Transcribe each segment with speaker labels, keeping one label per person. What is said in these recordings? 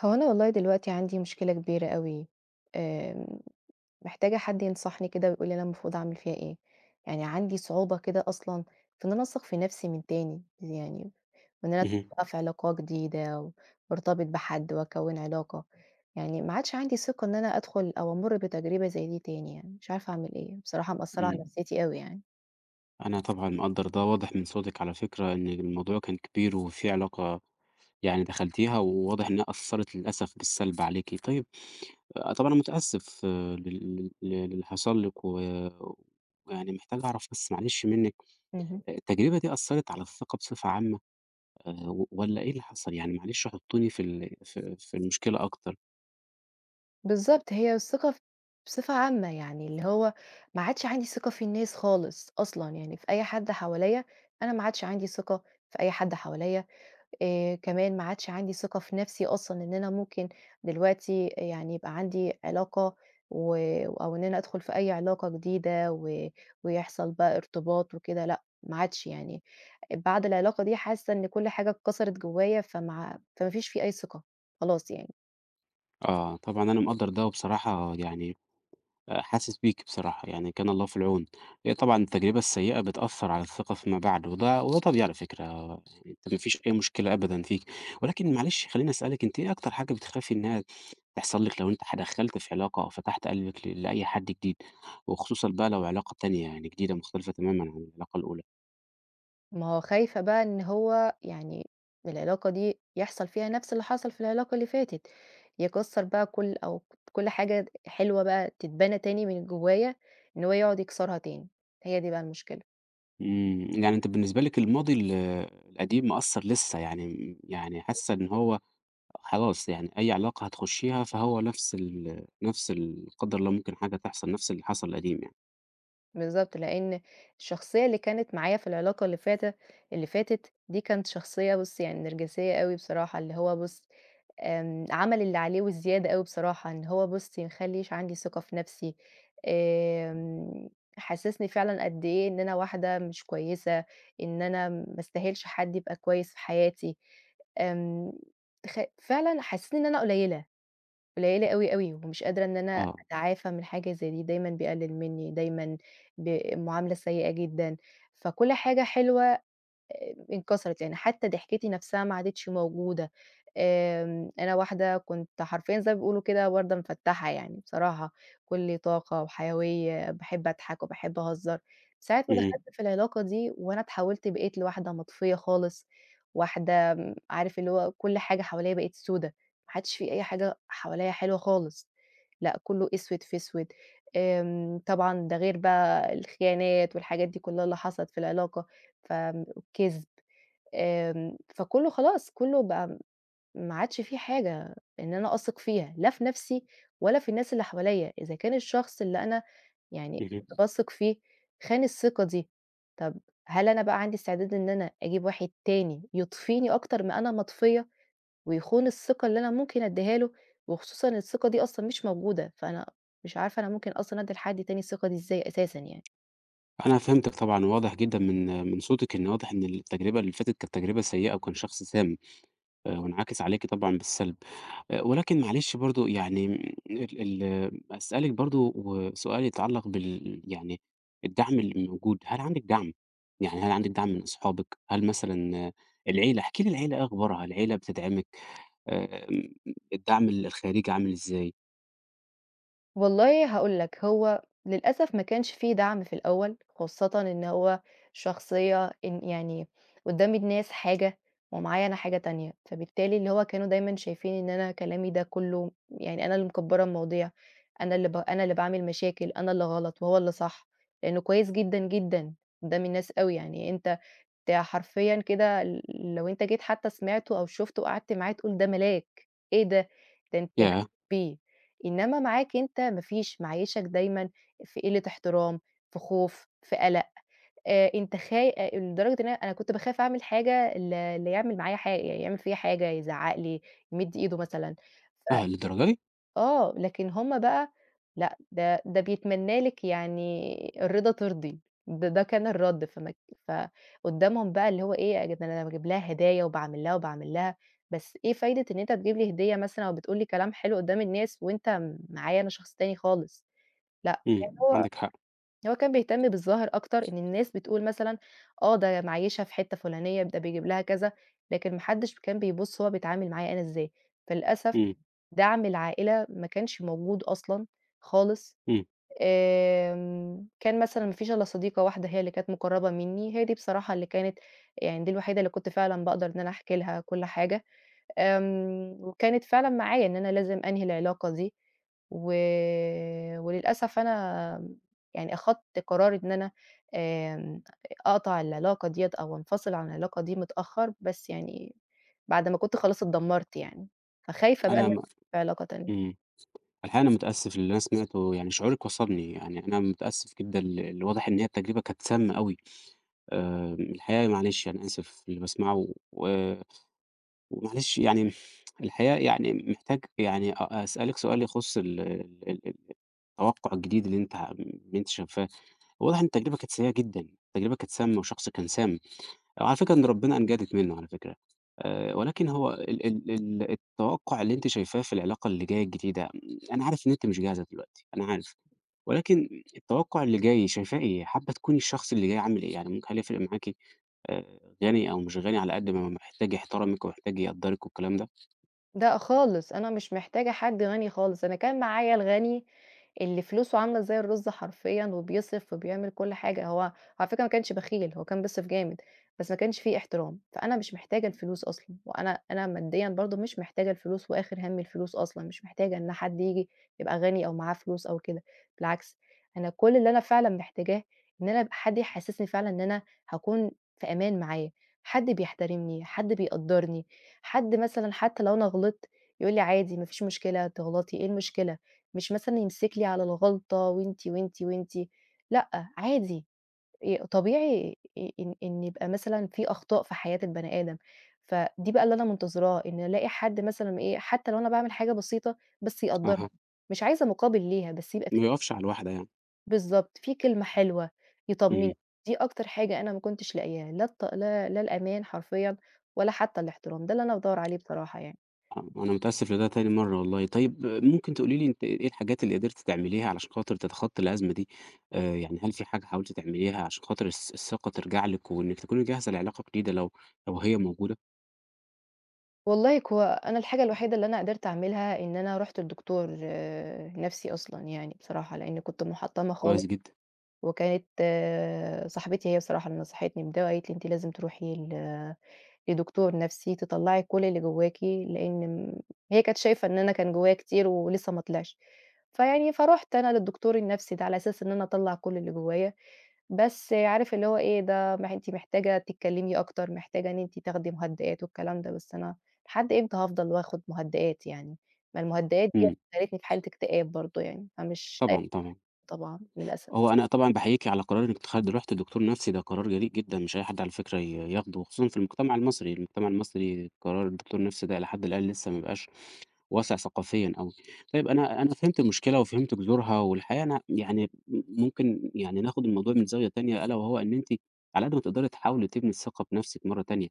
Speaker 1: هو أنا والله دلوقتي عندي مشكلة كبيرة أوي، آمم، محتاجة حد ينصحني كده ويقول لي أنا المفروض أعمل فيها إيه، يعني عندي صعوبة كده أصلًا في إن أنا أثق في نفسي من تاني، يعني وإن أنا أدخل
Speaker 2: اهم،
Speaker 1: بقى في علاقة جديدة وارتبط بحد وأكوّن علاقة، يعني ما عادش عندي ثقة إن أنا أدخل أو أمُر بتجربة زي دي تاني يعني، مش عارفة أعمل إيه، بصراحة مأثّرة
Speaker 2: إمم،
Speaker 1: على نفسيتي أوي يعني.
Speaker 2: أنا طبعًا مقدّر ده، واضح من صوتِك على فكرة إن الموضوع كان كبير وفي علاقة يعني دخلتيها، وواضح إنها أثّرت للأسف بالسلب عليكِ. طيب طبعًا أنا متأسف لل لل للي حصل لِك، ويعني محتاج أعرف بس معلش منِّك،
Speaker 1: اهم.
Speaker 2: التجربة دي أثّرت على الثقة بصفة عامة والّا إيه اللي حصل؟ يعني معلش حطّوني في ال في في المشكلة أكتر.
Speaker 1: بالضبط، هي الثقة بصفة عامة يعني، اللي هو ما عادش عندي ثقة في الناس خالص أصلًا، يعني في أي حد حواليّا، أنا ما عادش عندي ثقة في أي حد حواليّا. كمان ما عادش عندي ثقة في نَفْسي أصلًا إن أنا ممكن دلوقتي يعني يبقى عندي علاقة و أو إن أنا أدخُل في أي علاقة جديدة ويحصل بقى ارتباط وكده لأ، ما عادش يعني بعد العلاقة دي حاسّة إن كل حاجة اتكسرت جوّايا فما فيش في أي ثقة، خلاص يعني.
Speaker 2: طبعًا أنا مقدّر ده، وبصراحة يعني حاسس بيكِ بصراحة، يعني كان الله في العون. هي طبعًا التجربة السيئة بتأثّر على الثقة فيما بعد، وده طبيعي على فكرة، يعني أنتِ ما فيش أي مشكلة أبدًا فيكِ. ولكن معلش خلّيني أسألِك، أنتِ إيه أكتر حاجة بتخافي إنها تحصل لِك لو أنتِ دخّلتِ في علاقة أو فتحتِ قلبِك لأي حد جديد، وخصوصًا بقى لو علاقة تانية يعني جديدة مختلفة تمامًا عن العلاقة الأولى؟
Speaker 1: ما هو خايفة بقى إن هو يعني العلاقة دي يحصل فيها نفس اللي حصل في العلاقة اللي فاتت، يكسّر بقى كل أو كل حاجة حلوة بقى تتبنى تاني من جوايا، إن هو يقعد يكسرها تاني، هي دي بقى المشكلة،
Speaker 2: يعني أنتِ بالنسبة لِك الماضي القديم مأثّر لسه، يعني يعني حاسة إن هو خلاص يعني أي علاقة هتخشيها فهو نفس قدّر الله ممكن حاجة تحصل، نفس اللي حصل قديم يعني.
Speaker 1: بالضبط، لإن الشخصية اللي كانت معايا في العلاقة اللي فاتت دي كانت شخصية بُصّ يعني نرجسية أوي بصراحة، اللي هو بُصّ عمل اللي عليه والزيادة أوي بصراحة، إن هو بُصّي ما خلّيش عندي ثقة في نَفْسي، آمم، حسّسني فعلًا قد إيه إن أنا واحدة مش كويسة، إن أنا ما أستاهلش حد يبقى كويس في حياتي، آمم، فعلًا حسّسني إن أنا قليّلة، قليّلة أوي، أوي، ومش قادرة إن أنا
Speaker 2: آه،
Speaker 1: أتعافى من حاجة زي دي، دايمًا بيقلل منّي، دايمًا بمعاملة سيئة جدًا، فكل حاجة حلوة انكسرت، لإن حتى ضحكتي نفسها ما عادتش موجودة. أنا واحدة كنت حرفيًا زي ما بيقولوا كده وردة مفتحة يعني بصراحة، كُلّي طاقة وحيوية، باحب أضحك وباحب أهزّر. ساعة ما
Speaker 2: اهم،
Speaker 1: دخلت في العلاقة دي وأنا اتحوّلت بقيت لواحدة مطفية خالص، واحدة عارف اللي هو كل حاجة حواليّا بقت سودا، ما عادش في أي حاجة حواليّا حلوة خالص، لأ كُلّه أسود في أسود. طبعًا ده غير بقى الخيانات والحاجات دي كُلّها اللي حصلت في العلاقة، والكذب. فكُلّه خلاص، كُلّه بقى ما عادش في حاجة إن أنا أثق فيها، لا في نَفْسي ولا في الناس اللي حواليّا، إذا كان الشخص اللي أنا يعني
Speaker 2: اهم.
Speaker 1: كنت باثق فيه خان الثقة دي، طَب هل أنا بقى عندي استعداد إن أنا أجيب واحد تاني يطفيني أكتر ما أنا مطفية ويخون الثقة اللي أنا ممكن أدّيها له، وخصوصًا الثقة دي أصلًا مش موجودة، فأنا مش عارفة أنا ممكن أصلًا أدّي لحد تاني الثقة دي إزاي أساسًا يعني.
Speaker 2: أنا فهمتِك طبعًا، واضح جدًا من صوتِك إن واضح إن التجربة اللي فاتت كانت تجربة سيئة وكان شخص سام، وانعكس عليكِ طبعًا بالسلب. ولكن معلش برضه يعني ال ال أسألِك برضه و سؤال يتعلّق يعني الدعم اللي موجود، هل عندِك دعم؟ يعني هل عندِك دعم من أصحابِك؟ هل مثلًا العيلة احكي لي العيلة إيه أخبارها؟ العيلة بتدعمِك؟ آمم، الدعم الخارجي عامل إزاي؟
Speaker 1: والله هاقول لك، هو للأسف ما كانش في دعم في الأول، خاصةً إن هو شخصية إن يعني قدّام الناس حاجة ومعايا أنا حاجة تانية، فبالتالي اللي هو كانوا دايمًا شايفين إن أنا كلامي ده كُلّه يعني أنا اللي مكبّرة المواضيع، أنا اللي باعمل مشاكل، أنا اللي غلط وهو اللي صح، لإنه كويس جدًا، جدًا قدّام الناس أوي، يعني أنت ده حرفيًا كده لو أنت جيت حتى سمعته أو شُفته وقعدت معاه تقول ده ملاك، إيه ده؟ ده أنت بتثق
Speaker 2: ياه!
Speaker 1: فيه، إنما معاك أنت ما فيش، معيّشك دايمًا في قلة احترام، في خوف، في قلق، أنت خاي لدرجة إن أنا كنت باخاف أعمل حاجة اللي يعمل معايا حاجة، يعني يعمل فيّا حاجة، يزعّق لي، يمِد إيده مثلًا،
Speaker 2: آه
Speaker 1: ف
Speaker 2: للدرجة دي!
Speaker 1: آه، لكن هُم بقى لأ، ده بيتمنّى لِك يعني الرضا ترضيه، ده كان الرَد فقُدّامهم بقى اللي هو إيه، يا جدعان أنا باجيب لها هدايا وباعمل لها وباعمل لها، بس إيه فايدة إن أنت تجيب لي هدية مثلًا أو بتقول لي كلام حلو قُدّام الناس وأنت معايا أنا شخص تاني خالص، لأ، يعني هو
Speaker 2: عندِك حق،
Speaker 1: هو كان بيهتم بالظاهر أكتر إن الناس بتقول مثلًا ده معيّشها في حتّة فلانية، ده بيجيب لها كذا، لكن ما حدّش كان بيبُص هو بيتعامل معايا أنا إزاي، فللأسف
Speaker 2: إمم،
Speaker 1: دعم العائلة ما كانش موجود أصلًا خالص،
Speaker 2: إمم،
Speaker 1: كان مثلًا ما فيش إلا صديقة واحدة هي اللي كانت مُقرّبة منّي، هي دي بصراحة اللي كانت يعني دي الوحيدة اللي كنت فعلًا باقدر إن أنا أحكي لها كل حاجة. وكانت فعلًا معايا إن أنا لازم أنهي العلاقة دي، و وللأسف أنا يعني أخدت قرار إن أنا آمم، أقطع العلاقة ديّة أو أنفصل عن العلاقة دي متأخر، بس يعني بعد ما كنت خلاص اتدمرت يعني، فخايفة بقى إن
Speaker 2: أنا
Speaker 1: أنا
Speaker 2: م
Speaker 1: في علاقة تانية.
Speaker 2: إمم، الحقيقة أنا متأسف للي أنا سمعته، يعني شعورِك وصلني، يعني أنا متأسف جدًا واضح إن هي التجربة كانت سامة أوي، الحقيقة معلش يعني أنا آسف للي باسمعه و ومعلش يعني الحقيقة يعني محتاج يعني أسألِك سؤال يخُص ال ال ال التوقُّع الجديد اللي أنتِ اللي أنتِ شايفاه، واضح إن التجربة كانت سيئة جدًا، التجربة كانت سامة وشخص كان سام. على فكرة إن ربنا أنجدِك منه على فكرة، ولكن هو ال ال ال التوقُّع اللي أنتِ شايفاه في العلاقة اللي جاية الجديدة، أنا عارف إن أنتِ مش جاهزة دلوقتي، أنا عارف، ولكن التوقُّع اللي جاي شايفاه إيه؟ حابة تكوني الشخص اللي جاي عامل إيه؟ يعني ممكن هل يفرق معاكِ غني أو مش غني على قد ما محتاج يحترمِك ومحتاج يقدّرِك والكلام ده؟
Speaker 1: لأ خالص، أنا مش محتاجة حد غني خالص، أنا كان معايا الغني اللي فلوسه عاملة زي الرز حرفيًا وبيصرف وبيعمل كل حاجة، هو على فكرة ما كانش بخيل، هو كان بيصرف جامد، بس ما كانش في احترام، فأنا مش محتاجة الفلوس أصلًا، وأنا ماديًا برضه مش محتاجة الفلوس وآخر هَمّي الفلوس أصلًا، مش محتاجة إن حد ييجي يبقى غني أو معاه فلوس أو كده، بالعكس أنا كل اللي أنا فعلًا محتاجاه إن أنا يبقى حد يحسسني فعلًا إن أنا هاكون في أمان معاه، حد بيحترمني، حد بيقدّرني، حد مثلًا حتى لو أنا غلطت يقول لي: "عادي ما فيش مشكلة تغلطي، إيه المشكلة؟" مش مثلًا يمسك لي على الغلطة وأنتِ، وأنتِ، وأنتِ، لأ عادي طبيعي إ إن إن يبقى مثلًا في أخطاء في حياة البني آدم، فدي بقى اللي أنا منتظراه، إن ألاقي حد مثلًا إيه، حتى لو أنا باعمل حاجة بسيطة بس يقدّرها،
Speaker 2: أها،
Speaker 1: مش عايزة مقابل ليها بس يبقى في
Speaker 2: ما يُقفش على الواحدة يعني.
Speaker 1: بالضبط، في كلمة حلوة يطمني،
Speaker 2: اهم.
Speaker 1: دي أكتر حاجة أنا ما كنتش لاقياها، لا الط لا لا الأمان حرفيًا ولا حتى الاحترام، ده اللي أنا بادوّر عليه بصراحة يعني.
Speaker 2: آه، أنا متأسف لده تاني مرّة والله. طيب ممكن تقولي لي أنتِ إيه الحاجات اللي قدرتِ تعمليها علشان خاطر تتخطّي الأزمة دي؟ يعني هل في حاجة حاولتِ تعمليها عشان خاطر الثقة ترجع لِك وإنِّك تكوني جاهزة لعلاقة جديدة لو هي موجودة؟
Speaker 1: والله هو أنا الحاجة الوحيدة اللي أنا قدرت أعملها إن أنا رُحت لدكتور نَفْسي أصلًا يعني بصراحة، لإن كنت مُحطّمة خالص.
Speaker 2: كويس جدًا.
Speaker 1: وكانت صاحبتي هي بصراحة اللي نصحتني بده وقالت لي أنتِ لازم تروحي لدكتور نفسي تطلّعي كل اللي جواكِ، لإن م هي كانت شايفة إن أنا كان جوايا كتير ولسه ما طلعش. فرُحت أنا للدكتور النفسي ده على أساس إن أنا أطلّع كل اللي جوايا، بس عارف اللي هو إيه، ده ما أنتِ محتاجة تتكلمي أكتر، محتاجة إن أنتِ تاخدي مهدئات والكلام ده، بس أنا لحد إمتى هافضل واخد مهدئات يعني؟ ما المهدئات ديّة
Speaker 2: إمم.
Speaker 1: خلّتني في حالة اكتئاب برضه يعني، فمش لايقة
Speaker 2: طبعًا، طبعًا.
Speaker 1: طبعًا للأسف.
Speaker 2: هو أنا طبعًا باحييكِ على قرار إنِّك رُحتِ لدكتور نفسي، ده قرار جريء جدًا، مش أي حد على فكرة ياخده، وخصوصًا في المجتمع المصري، المجتمع المصري قرار الدكتور النفسي ده إلى حد الآن لسه ما بقاش واسع ثقافيًا أوي. طيب أنا فهمت المشكلة وفهمت جذورها، والحقيقة أنا يعني ممكن يعني ناخد الموضوع من زاوية تانية، ألا وهو إن أنتِ على قد ما تقدري تحاولي تبني الثقة بنفسِك مرة تانية.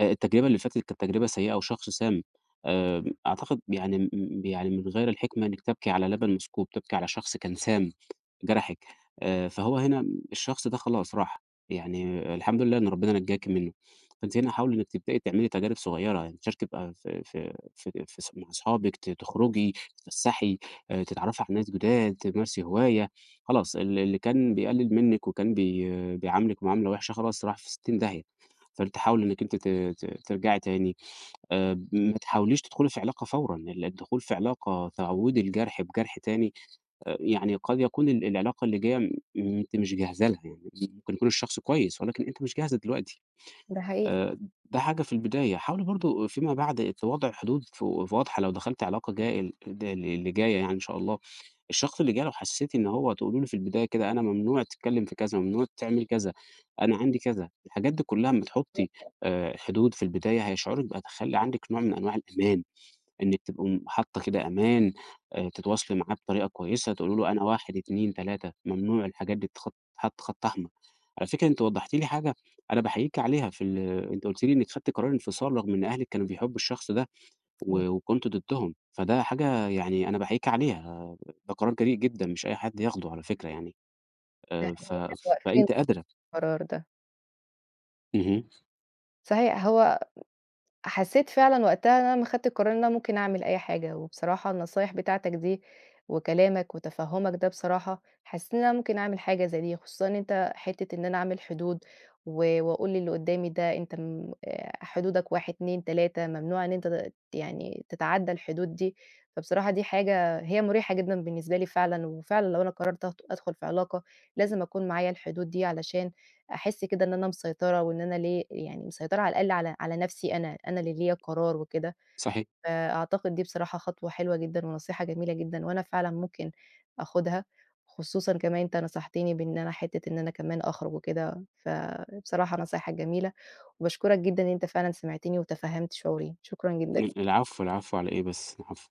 Speaker 2: التجربة اللي فاتت كانت تجربة سيئة وشخص سام، أعتقد يعني يعني من غير الحكمة إنِّك تبكي على لبن مسكوب، تبكي على شخص كان سام. جرحِك، فهو هنا الشخص ده خلاص راح، يعني الحمد لله إن ربنا نجاكِ منّه، فأنتِ هنا حاولي إنِّك تبدئي تعملي تجارب صغيّرة، يعني تشاركي بقى في مع أصحابِك، تخرجي، تتفسّحي، تتعرّفي على ناس جداد، تمارسي هواية، خلاص اللي كان بيقلِّل منِّك وكان بي آه، بيعاملِك معاملة وِحشة خلاص راح في 60 داهية، فأنتِ حاولي إنِّك أنتِ ت ت ترجعي تاني، ما تحاوليش تدخُلي في علاقة فورًا، الدخول في علاقة تعوّدي الجرح بجرح تاني يعني قد يكون العلاقة اللي جاية أنتِ مش جاهزة لها يعني، ممكن يكون الشخص كويس ولكن أنتِ مش جاهزة دلوقتي،
Speaker 1: ده حقيقي.
Speaker 2: آآ ده حاجة في البداية، حاولي برضه فيما بعد وضع حدود واضحة لو دخلتِ علاقة جاية ال د اللي جاية يعني إن شاء الله، الشخص اللي جاي لو حسيتِ إن هو تقولي له في البداية كده أنا ممنوع تتكلم في كذا، ممنوع تعمل كذا، أنا عندي كذا، الحاجات دي كلها أمّا تحطي حدود في البداية هيشعرِك بقى تخلّي عندِك نوع من أنواع الأمان. إنِّك تبقوا حاطة كده أمان، تتواصلي معاه بطريقة كويسة، تقولي له أنا 1، 2، 3 ممنوع الحاجات دي تتحط خط أحمر. على فكرة أنتِ وضّحتِ لي حاجة أنا باحييكِ عليها في ال أنتِ قُلتِ لي إنِّك خدتِ قرار انفصال رغم إن أهلِك كانوا بيحبوا الشخص ده وكنتِ ضدهم، فده حاجة يعني أنا باحييكِ عليها، ده قرار جريء جدًا مش أي حد ياخده على فكرة يعني،
Speaker 1: ده
Speaker 2: ف
Speaker 1: حقيقي كانوا واقفين
Speaker 2: فأنتِ قادرة.
Speaker 1: القرار ده.
Speaker 2: اهم،
Speaker 1: صحيح هو حسيت فعلًا وقتها إن أنا لمّا خدت القرار إن أنا ممكن أعمل أي حاجة، وبصراحة النصايح بتاعتك دي وكلامك وتفهُّمك ده بصراحة، حسيت إن أنا ممكن أعمل حاجة زي دي، خصوصًا إن أنت حتّة إن أنا أعمل حدود وأقول للي قدّامي ده أنت حدودك 1، 2، 3 ممنوع إن أنت يعني تتعدّى الحدود دي، فبصراحة دي حاجة هي مُريحة جدًا بالنسبة لي فعلًا، وفعلًا لو أنا قررت أدخل في علاقة لازم أكون معايا الحدود دي علشان أحس كده إن أنا مسيطرة وإن أنا ليه يعني مسيطرة على الأقل على نفسي أنا، أنا اللي ليّا القرار وكده،
Speaker 2: صحيح.
Speaker 1: فأعتقد دي بصراحة خطوة حلوة جدًا ونصيحة جميلة جدًا، وأنا فعلًا ممكن آخُدها، خصوصًا كمان أنت نصحتني بإن أنا حتّة إن أنا كمان أخرج وكده، فبصراحة نصايحك جميلة، وباشكرك جدًا إن أنت فعلًا سمعتني وتفهّمت شعوري، شكرًا جدًا.
Speaker 2: العفو، العفو على إيه بس، العفو.